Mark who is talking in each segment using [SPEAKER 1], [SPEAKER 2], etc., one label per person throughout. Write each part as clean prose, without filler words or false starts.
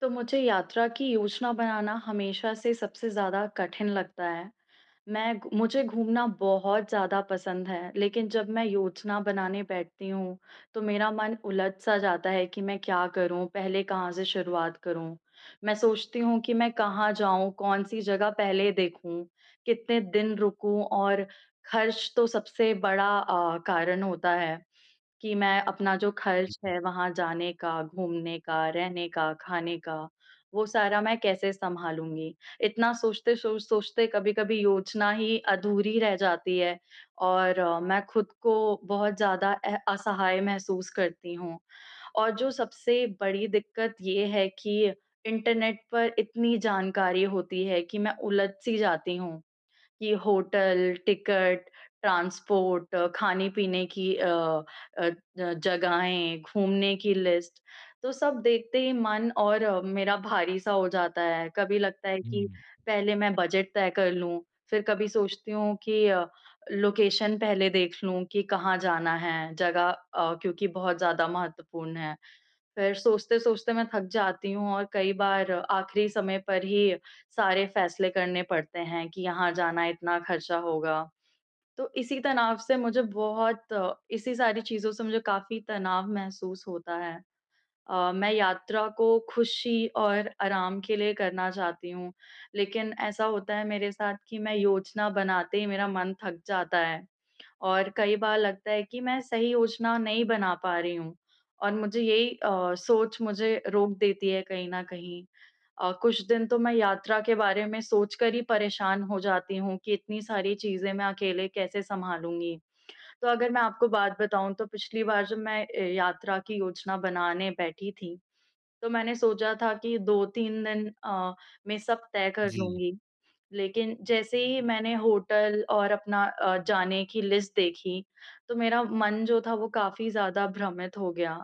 [SPEAKER 1] तो मुझे यात्रा की योजना बनाना हमेशा से सबसे ज़्यादा कठिन लगता है। मैं घू मुझे घूमना बहुत ज़्यादा पसंद है, लेकिन जब मैं योजना बनाने बैठती हूँ, तो मेरा मन उलझ-सा जाता है कि मैं क्या करूँ, पहले कहाँ से शुरुआत करूँ? मैं सोचती हूँ कि मैं कहाँ जाऊँ, कौन-सी जगह पहले देखूँ, कितने दिन रुकूँ और खर्च तो सबसे बड़ा कारण होता है। कि मैं अपना जो खर्च
[SPEAKER 2] हुँ,
[SPEAKER 1] है वहाँ जाने का, घूमने का, रहने का, खाने का, वो सारा मैं कैसे सँभालूँगी? इतना सोचते कभी-कभी योजना ही अधूरी रह जाती है और मैं खुद को बहुत ज़्यादा असहाय महसूस करती हूँ। और जो सबसे बड़ी दिक्कत ये है कि इंटरनेट पर इतनी जानकारी होती है कि मैं उलझ-सी जाती हूँ। कि होटल, टिकट, ट्रांसपोर्ट, खाने-पीने की ज जगहें, घूमने की लिस्ट, तो सब देखते ही मन और मेरा भारी-सा हो जाता है। कभी लगता है कि
[SPEAKER 2] हुँ,
[SPEAKER 1] पहले मैं बजट तय कर लूँ, फिर कभी सोचती हूँ कि लोकेशन पहले देख लूँ कि कहाँ जाना है, जगह क्योंकि बहुत ज़्यादा महत्वपूर्ण है। फिर सोचते-सोचते मैं थक जाती हूँ और कई बार आखिरी समय पर ही सारे फैसले करने पड़ते हैं कि यहाँ जाना इतना खर्चा होगा। तो इसी तनाव से इसी सारी चीज़ों से मुझे काफ़ी तनाव महसूस होता है। मैं यात्रा को खुशी और आराम के लिए करना चाहती हूँ, लेकिन ऐसा होता है मेरे साथ कि मैं योजना बनाते ही मेरा मन थक जाता है। और कई बार लगता है कि मैं सही योजना नहीं बना पा रही हूँ और मुझे यही अ, सोच मुझे रोक देती है कहीं न कहीं। कुछ दिन तो मैं यात्रा के बारे में सोचकर ही परेशान हो जाती हूँ कि इतनी सारी चीज़ें मैं अकेले कैसे सँभालूँगी। तो अगर मैं आपको बात बताऊँ तो पिछली बार जब मैं यात्रा की योजना बनाने बैठी थी, तो मैंने सोचा था कि 2-3 दिन में सब तय कर
[SPEAKER 2] जी।
[SPEAKER 1] लूँगी। लेकिन जैसे ही मैंने होटल और जाने की लिस्ट देखी, तो मेरा मन जो था वो काफ़ी ज़्यादा भ्रमित हो गया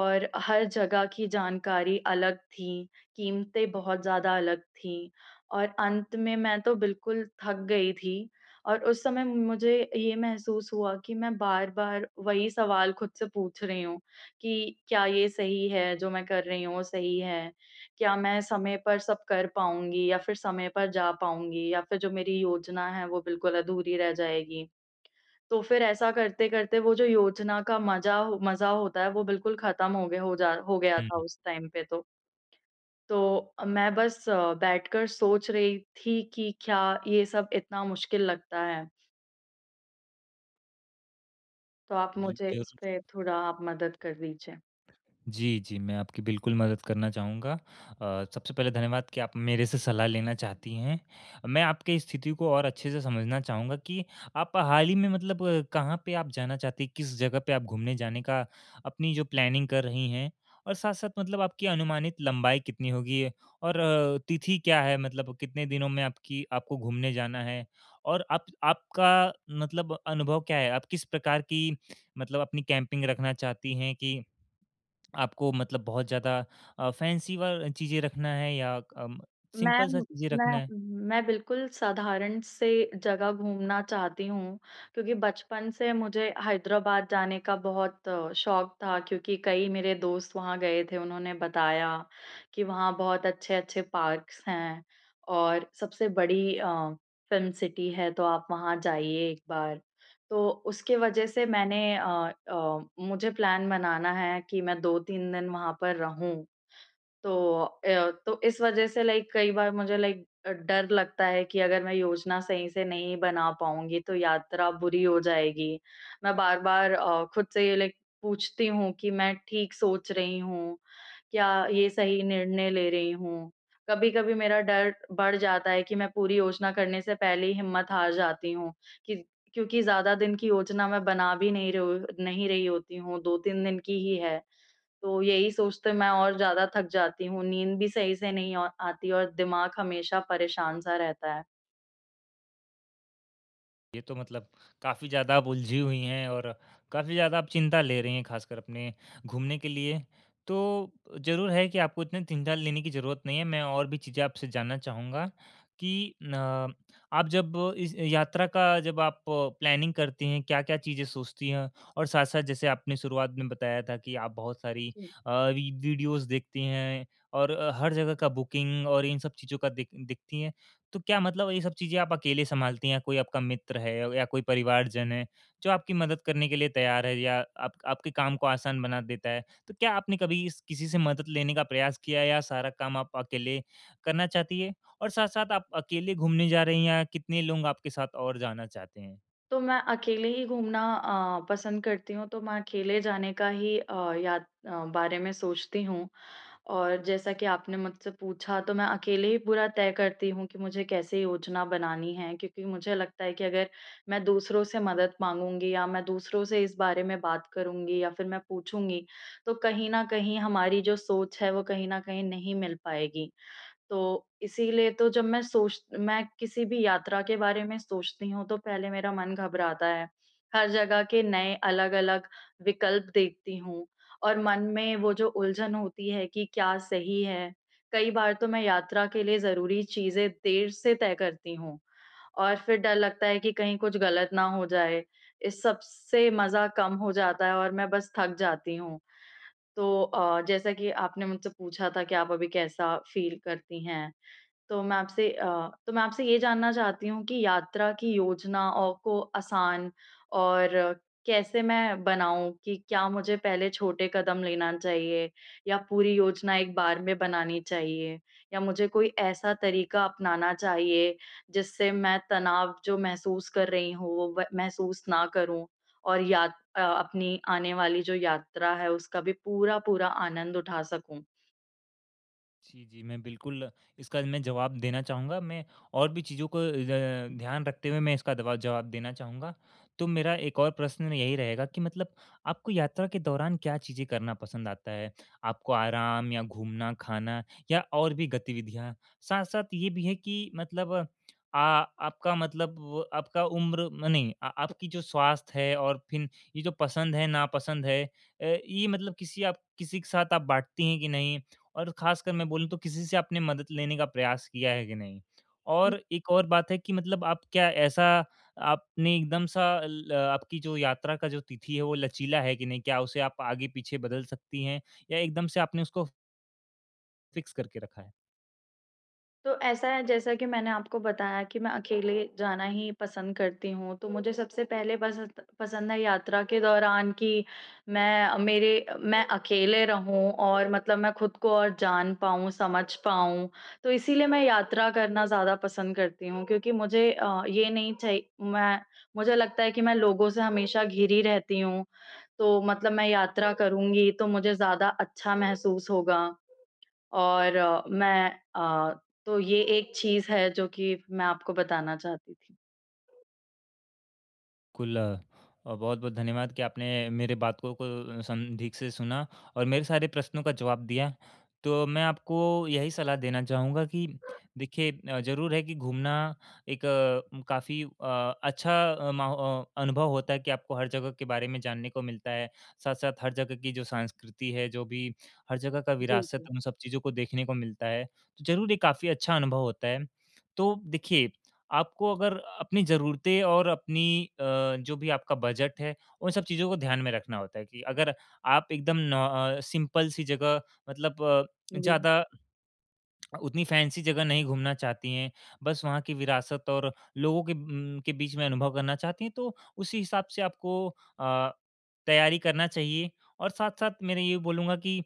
[SPEAKER 1] और हर जगह की जानकारी अलग थी, कीमतें बहुत ज़्यादा अलग थीं और अंत में मैं तो बिल्कुल थक गई थी और उस समय मुझे ये महसूस हुआ कि मैं बार-बार वही सवाल खुद से पूछ रही हूँ कि क्या ये सही है जो मैं कर रही हूँ वो सही है? क्या मैं समय पर सब कर पाऊँगी या फिर समय पर जा पाऊँगी या फिर जो मेरी योजना है वो बिल्कुल अधूरी रह जाएगी? तो फिर ऐसा करते-करते वो जो योजना का मज़ा होता है वो बिल्कुल ख़त्म हो गया था
[SPEAKER 2] हुँ।
[SPEAKER 1] उस टाइम पे तो। तो मैं बस बैठकर सोच रही थी कि क्या ये सब इतना मुश्किल लगता है? तो आप
[SPEAKER 2] जी,
[SPEAKER 1] मुझे इस
[SPEAKER 2] ज़रूर।
[SPEAKER 1] पे थोड़ा आप मदद कर दीजिए।
[SPEAKER 2] जी, जी, मैं आपकी बिल्कुल मदद करना चाहूँगा। सबसे पहले धन्यवाद कि आप मेरे से सलाह लेना चाहती हैं। मैं आपकी स्थिति को और अच्छे से समझना चाहूँगा कि आप हाल ही में मतलब कहाँ पे आप जाना चाहती हैं? किस जगह पे आप घूमने जाने का अपनी जो प्लानिंग कर रही हैं? और साथ-साथ मतलब आपकी अनुमानित लंबाई कितनी होगी? और तिथि क्या है? मतलब कितने दिनों में आपकी आपको घूमने जाना है? और आप आपका मतलब अनुभव क्या है? आप किस प्रकार की मतलब अपनी कैंपिंग रखना चाहती हैं कि आपको मतलब बहुत ज़्यादा फैंसी वा चीज़ें रखना है या
[SPEAKER 1] मैं
[SPEAKER 2] सिंपल सा चीज़ें
[SPEAKER 1] मैं
[SPEAKER 2] रखना है।
[SPEAKER 1] मैं बिल्कुल साधारण से जगह घूमना चाहती हूँ, क्योंकि बचपन से मुझे हैदराबाद जाने का बहुत शौक था क्योंकि कई मेरे दोस्त वहाँ गए थे, उन्होंने बताया कि वहाँ बहुत अच्छे-अच्छे पार्क्स हैं और सबसे बड़ी फ़िल्म सिटी है तो आप वहाँ जाइए एक बार। तो उसके वजह से मुझे प्लान बनाना है कि मैं 2-3 दिन वहाँ पर रहूँ। तो तो इस वजह से कई बार मुझे डर लगता है कि अगर मैं योजना सही से नहीं बना पाऊँगी तो यात्रा बुरी हो जाएगी। मैं बार-बार खुद से ये पूछती हूँ कि मैं ठीक सोच रही हूँ? क्या ये सही निर्णय ले रही हूँ? कभी-कभी मेरा डर बढ़ जाता है कि मैं पूरी योजना करने से पहले ही हिम्मत हार जाती हूँ कि क्योंकि ज़्यादा दिन की योजना मैं बना भी नहीं रही होती हूँ, 2-3 दिन की ही है। तो यही सोचते मैं और ज़्यादा थक जाती हूँ, नींद भी सही से नहीं औ आती और दिमाग हमेशा परेशान-सा रहता है।
[SPEAKER 2] ये तो मतलब काफ़ी ज़्यादा आप उलझी हुई हैं और काफ़ी ज़्यादा आप चिंता ले रही हैं खासकर अपने घूमने के लिए। तो ज़रूर है कि आपको इतनी चिंता लेने की ज़रूरत नहीं है। मैं और भी चीज़ें आपसे जानना चाहूँगा कि न आप जब इस यात्रा का जब आप प्लानिंग करती हैं, क्या-क्या चीज़ें सोचती हैं? और साथ-साथ जैसे आपने शुरुआत में बताया था कि आप बहुत सारी
[SPEAKER 1] जी।
[SPEAKER 2] वी वीडियोज़ देखती हैं और हर जगह का बुकिंग और इन सब चीज़ों का देखती हैं। तो क्या मतलब ये सब चीज़ें आप अकेले संभालती हैं या कोई आपका मित्र है या कोई परिवारजन है, जो आपकी मदद करने के लिए तैयार है या आप आपके काम को आसान बना देता है? तो क्या आपने कभी इस किसी से मदद लेने का प्रयास किया या सारा काम आप अकेले करना चाहती हैं? और साथ-साथ आप अकेले घूमने जा रही हैं या कितने लोग आपके साथ और जाना चाहते हैं?
[SPEAKER 1] तो मैं अकेले ही पसंद करती हूँ, तो मैं अकेले जाने का ही बारे में सोचती हूँ। और जैसा कि आपने मुझसे पूछा तो मैं अकेले ही पूरा तय करती हूँ कि मुझे कैसे योजना बनानी है क्योंकि मुझे लगता है कि अगर मैं दूसरों से मदद मांगूँगी या मैं दूसरों से इस बारे में बात करूँगी या फिर मैं पूछूँगी, तो कहीं न कहीं हमारी जो सोच है वो कहीं न कहीं नहीं मिल पाएगी। तो इसीलिए जब मैं किसी भी यात्रा के बारे में सोचती हूँ तो पहले मेरा मन घबराता है। हर जगह के नए अलग-अलग विकल्प देखती हूँ और मन में वो जो उलझन होती है कि क्या सही है। कई बार तो मैं यात्रा के लिए ज़रूरी चीज़ें देर से तय करती हूँ और फिर डर लगता है कि कहीं कुछ गलत ना हो जाए। इस सब से मज़ा कम हो जाता है और मैं बस थक जाती हूँ। तो जैसा कि आपने मुझसे पूछा था कि आप अभी कैसा फ़ील करती हैं? तो मैं आपसे अ, तो मैं आपसे ये जानना चाहती हूँ कि यात्रा की योजना औ को आसान और कैसे मैं बनाऊँ कि क्या मुझे पहले छोटे कदम लेना चाहिए या पूरी योजना एक बार में बनानी चाहिए? या मुझे कोई ऐसा तरीका अपनाना चाहिए जिससे मैं तनाव जो महसूस कर रही हूँ वो व महसूस ना करूँ और अपनी आने वाली जो यात्रा है उसका भी पूरा-पूरा आनंद उठा सकूँ?
[SPEAKER 2] जी, जी। मैं बिल्कुल इसका मैं जवाब देना चाहूँगा। मैं और भी चीज़ों को ध ध्यान रखते हुए मैं इसका दवा जवाब देना चाहूँगा। तो मेरा एक और प्रश्न यही रहेगा कि मतलब आपको यात्रा के दौरान क्या चीज़ें करना पसंद आता है? आपको आराम या घूमना, खाना या और भी गतिविधियाँ? साथ-साथ ये भी है कि मतलब आ आपका मतलब आपका उम्र म नहीं आ आपकी जो स्वास्थ्य है और फिर ये जो पसंद है, नापसंद है ये मतलब किसी के साथ आप बाँटती हैं कि नहीं? और ख़ासकर मैं बोलूँ तो किसी से आपने मदद लेने का प्रयास किया है कि नहीं? और एक और बात है कि मतलब आप क्या ऐसा आपने एकदम सा ल आपकी जो यात्रा का जो तिथि है वो लचीला है कि नहीं? क्या उसे आप आगे-पीछे बदल सकती हैं या एकदम से आपने उसको फ़िक्स करके रखा है?
[SPEAKER 1] तो ऐसा है जैसा कि मैंने आपको बताया कि मैं अकेले जाना ही पसंद करती हूँ, तो मुझे सबसे पहले पसंद पसंद है यात्रा के दौरान कि मैं अकेले रहूँ और मतलब मैं खुद को और जान पाऊँ, समझ पाऊँ। तो इसीलिए मैं यात्रा करना ज़्यादा पसंद करती हूँ क्योंकि मुझे अ, ये नहीं चाहिए मैं मुझे लगता है कि मैं लोगों से हमेशा घिरी रहती हूँ, तो मतलब मैं यात्रा करूँगी तो मुझे ज़्यादा अच्छा महसूस होगा। और अ, तो ये एक चीज़ है जो कि मैं आपको बताना चाहती थी।
[SPEAKER 2] कुल अ, बहुत-बहुत धन्यवाद कि आपने मेरे बात को संदीक से सुना और मेरे सारे प्रश्नों का जवाब दिया। तो मैं आपको यही सलाह देना चाहूँगा कि देखिए ज़रूर है कि घूमना काफ़ी अच्छा अनुभव होता है कि आपको हर जगह के बारे में जानने को मिलता है। साथ-साथ हर जगह की जो संस्कृति है, जो भी हर जगह का
[SPEAKER 1] जी,
[SPEAKER 2] विरासत,
[SPEAKER 1] जी।
[SPEAKER 2] उन सब चीज़ों को देखने को मिलता है। तो ज़रूर ये काफ़ी अच्छा अनुभव होता है। तो देखिए आपको अगर अपनी ज़रूरतें और अपनी अ, जो भी आपका बजट है, उन सब चीज़ों को ध्यान में रखना होता है कि अगर आप एकदम सिंपल सी जगह मतलब
[SPEAKER 1] जी, जी,
[SPEAKER 2] ज़्यादा उतनी फैंसी जगह नहीं घूमना चाहती हैं, बस वहाँ की विरासत और लोगों के के बीच में अनुभव करना चाहती हैं, तो उसी हिसाब से आपको अ, तैयारी करना चाहिए और साथ-साथ मैं ये बोलूँगा कि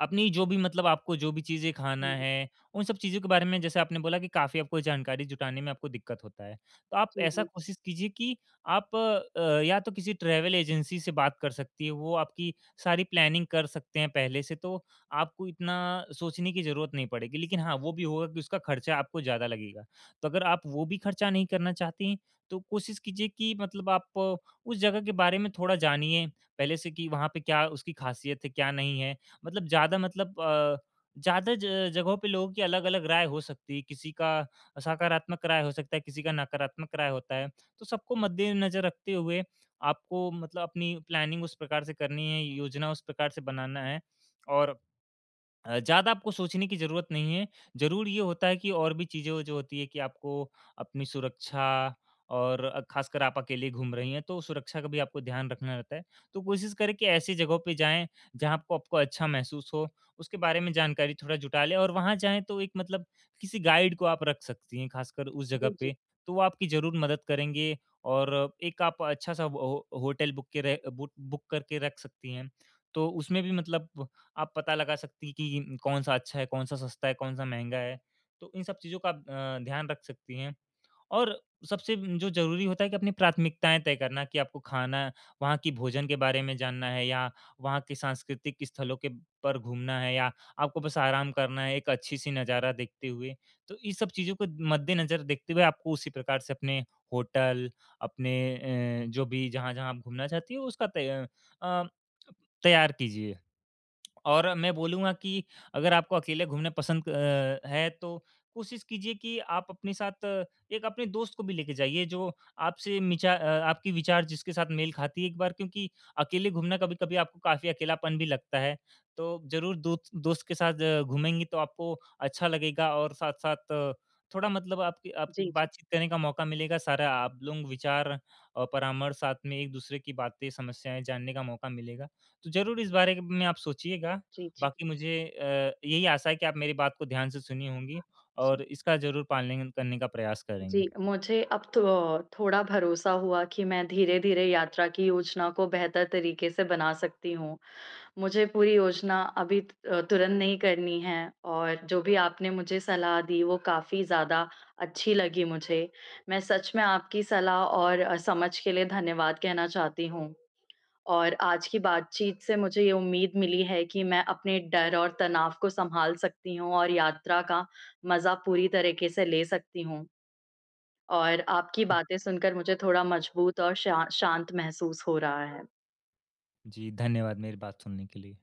[SPEAKER 2] अपनी जो भी मतलब आपको जो भी चीज़ें खाना
[SPEAKER 1] जी, जी।
[SPEAKER 2] है, उन सब चीज़ों के बारे में जैसे आपने बोला कि काफ़ी आपको जानकारी जुटाने में आपको दिक्कत होता है। तो आप
[SPEAKER 1] जी,
[SPEAKER 2] ऐसा
[SPEAKER 1] जी।
[SPEAKER 2] कोशिश कीजिए कि आप या तो किसी ट्रैवल एजेंसी से बात कर सकती है, वो आपकी सारी प्लानिंग कर सकते हैं पहले से, तो आपको इतना सोचने की ज़रूरत नहीं पड़ेगी। लेकिन हाँ, वो भी होगा कि उसका खर्चा आपको ज़्यादा लगेगा। तो अगर आप वो भी खर्चा नहीं करना चाहती हैं, तो कोशिश कीजिए कि मतलब आप उस जगह के बारे में थोड़ा जानिए, पहले से कि वहाँ पे क्या उसकी ख़ासियत है, क्या नहीं है। मतलब ज़्यादा मतलब अ, ज़्यादा ज जगहों पे लोगों की अलग-अलग राय हो सकती है, किसी का सकारात्मक राय हो सकता है, किसी का नकारात्मक राय होता है। तो सबको मद्देनज़र रखते हुए आपको मतलब अपनी प्लानिंग उस प्रकार से करनी है, योजना उस प्रकार से बनाना है और ज़्यादा आपको सोचने की ज़रूरत नहीं है। ज़रूर ये होता है कि और भी चीज़ें जो होती है कि आपको अपनी सुरक्षा और ख़ासकर आप अकेले घूम रही हैं, तो सुरक्षा का भी आपको ध्यान रखना रहता है। तो कोशिश करें कि ऐसी जगहों पे जाएँ, जहाँ आपको आपको अच्छा महसूस हो, उसके बारे में जानकारी थोड़ा जुटा लें और वहाँ जाएँ तो एक मतलब किसी गाइड को आप रख सकती हैं, ख़ासकर उस जगह
[SPEAKER 1] जी, जी।
[SPEAKER 2] पे। तो वो आपकी ज़रूर मदद करेंगे और एक आप अच्छा-सा हो- होटल बुक के रह बुक बुक करके रख सकती हैं। तो उसमें भी मतलब आप पता लगा सकती हैं कि कौन-सा अच्छा है, कौन-सा सस्ता है, कौन-सा महँगा है। तो इन सब चीज़ों का आप ध्यान रख सकती हैं और सबसे जो ज़रूरी होता है कि अपनी प्राथमिकताएँ तय करना कि आपको खाना वहाँ की भोजन के बारे में जानना है या वहाँ के सांस्कृतिक स्थलों के पर घूमना है या आपको बस आराम करना है एक अच्छी-सी नज़ारा देखते हुए। तो इस सब चीज़ों को मद्देनज़र देखते हुए आपको उसी प्रकार से अपने होटल, अपने जो भी जहाँ-जहाँ आप घूमना चाहती हो उसका अ, तैयार कीजिए। और मैं बोलूँगा कि अगर आपको अकेले घूमना पसंद है तो कोशिश कीजिए कि आप अपने साथ एक अपने दोस्त को भी लेके जाइए जो आपकी विचार जिसके साथ मेल खाती है एक बार क्योंकि अकेले घूमना कभी-कभी आपको काफ़ी अकेलापन भी लगता है। तो ज़रूर दोस्त दोस्त के साथ घूमेंगी तो आपको अच्छा लगेगा और साथ-साथ थोड़ा मतलब आपकी आपकी बातचीत करने का मौका मिलेगा, सारा आप लोग विचार और परामर्श साथ में एक-दूसरे की बातें, समस्याएँ जानने का मौका मिलेगा। तो ज़रूर इस बारे में आप सोचिएगा।
[SPEAKER 1] जी, जी।
[SPEAKER 2] बाकी मुझे यही आशा है कि आप मेरी बात को ध्यान से सुनी होंगी
[SPEAKER 1] जी।
[SPEAKER 2] और इसका ज़रूर पालन करने का प्रयास
[SPEAKER 1] जी,
[SPEAKER 2] करेंगी।
[SPEAKER 1] मुझे अब तो थोड़ा भरोसा हुआ कि मैं धीरे-धीरे यात्रा की योजना को बेहतर तरीके से बना सकती हूँ। मुझे पूरी योजना अभी तुरंत नहीं करनी है और जो भी आपने मुझे सलाह दी वो काफ़ी ज़्यादा अच्छी लगी मुझे। मैं सच में आपकी सलाह और समझ के लिए धन्यवाद कहना चाहती हूँ। और आज की बातचीत से मुझे ये उम्मीद मिली है कि मैं अपने डर और तनाव को सँभाल सकती हूँ और यात्रा का मज़ा पूरी तरीके से ले सकती हूँ। और आपकी बातें सुनकर मुझे थोड़ा मजबूत और शा शांत महसूस हो रहा है।
[SPEAKER 2] जी, धन्यवाद मेरी बात सुनने के लिए।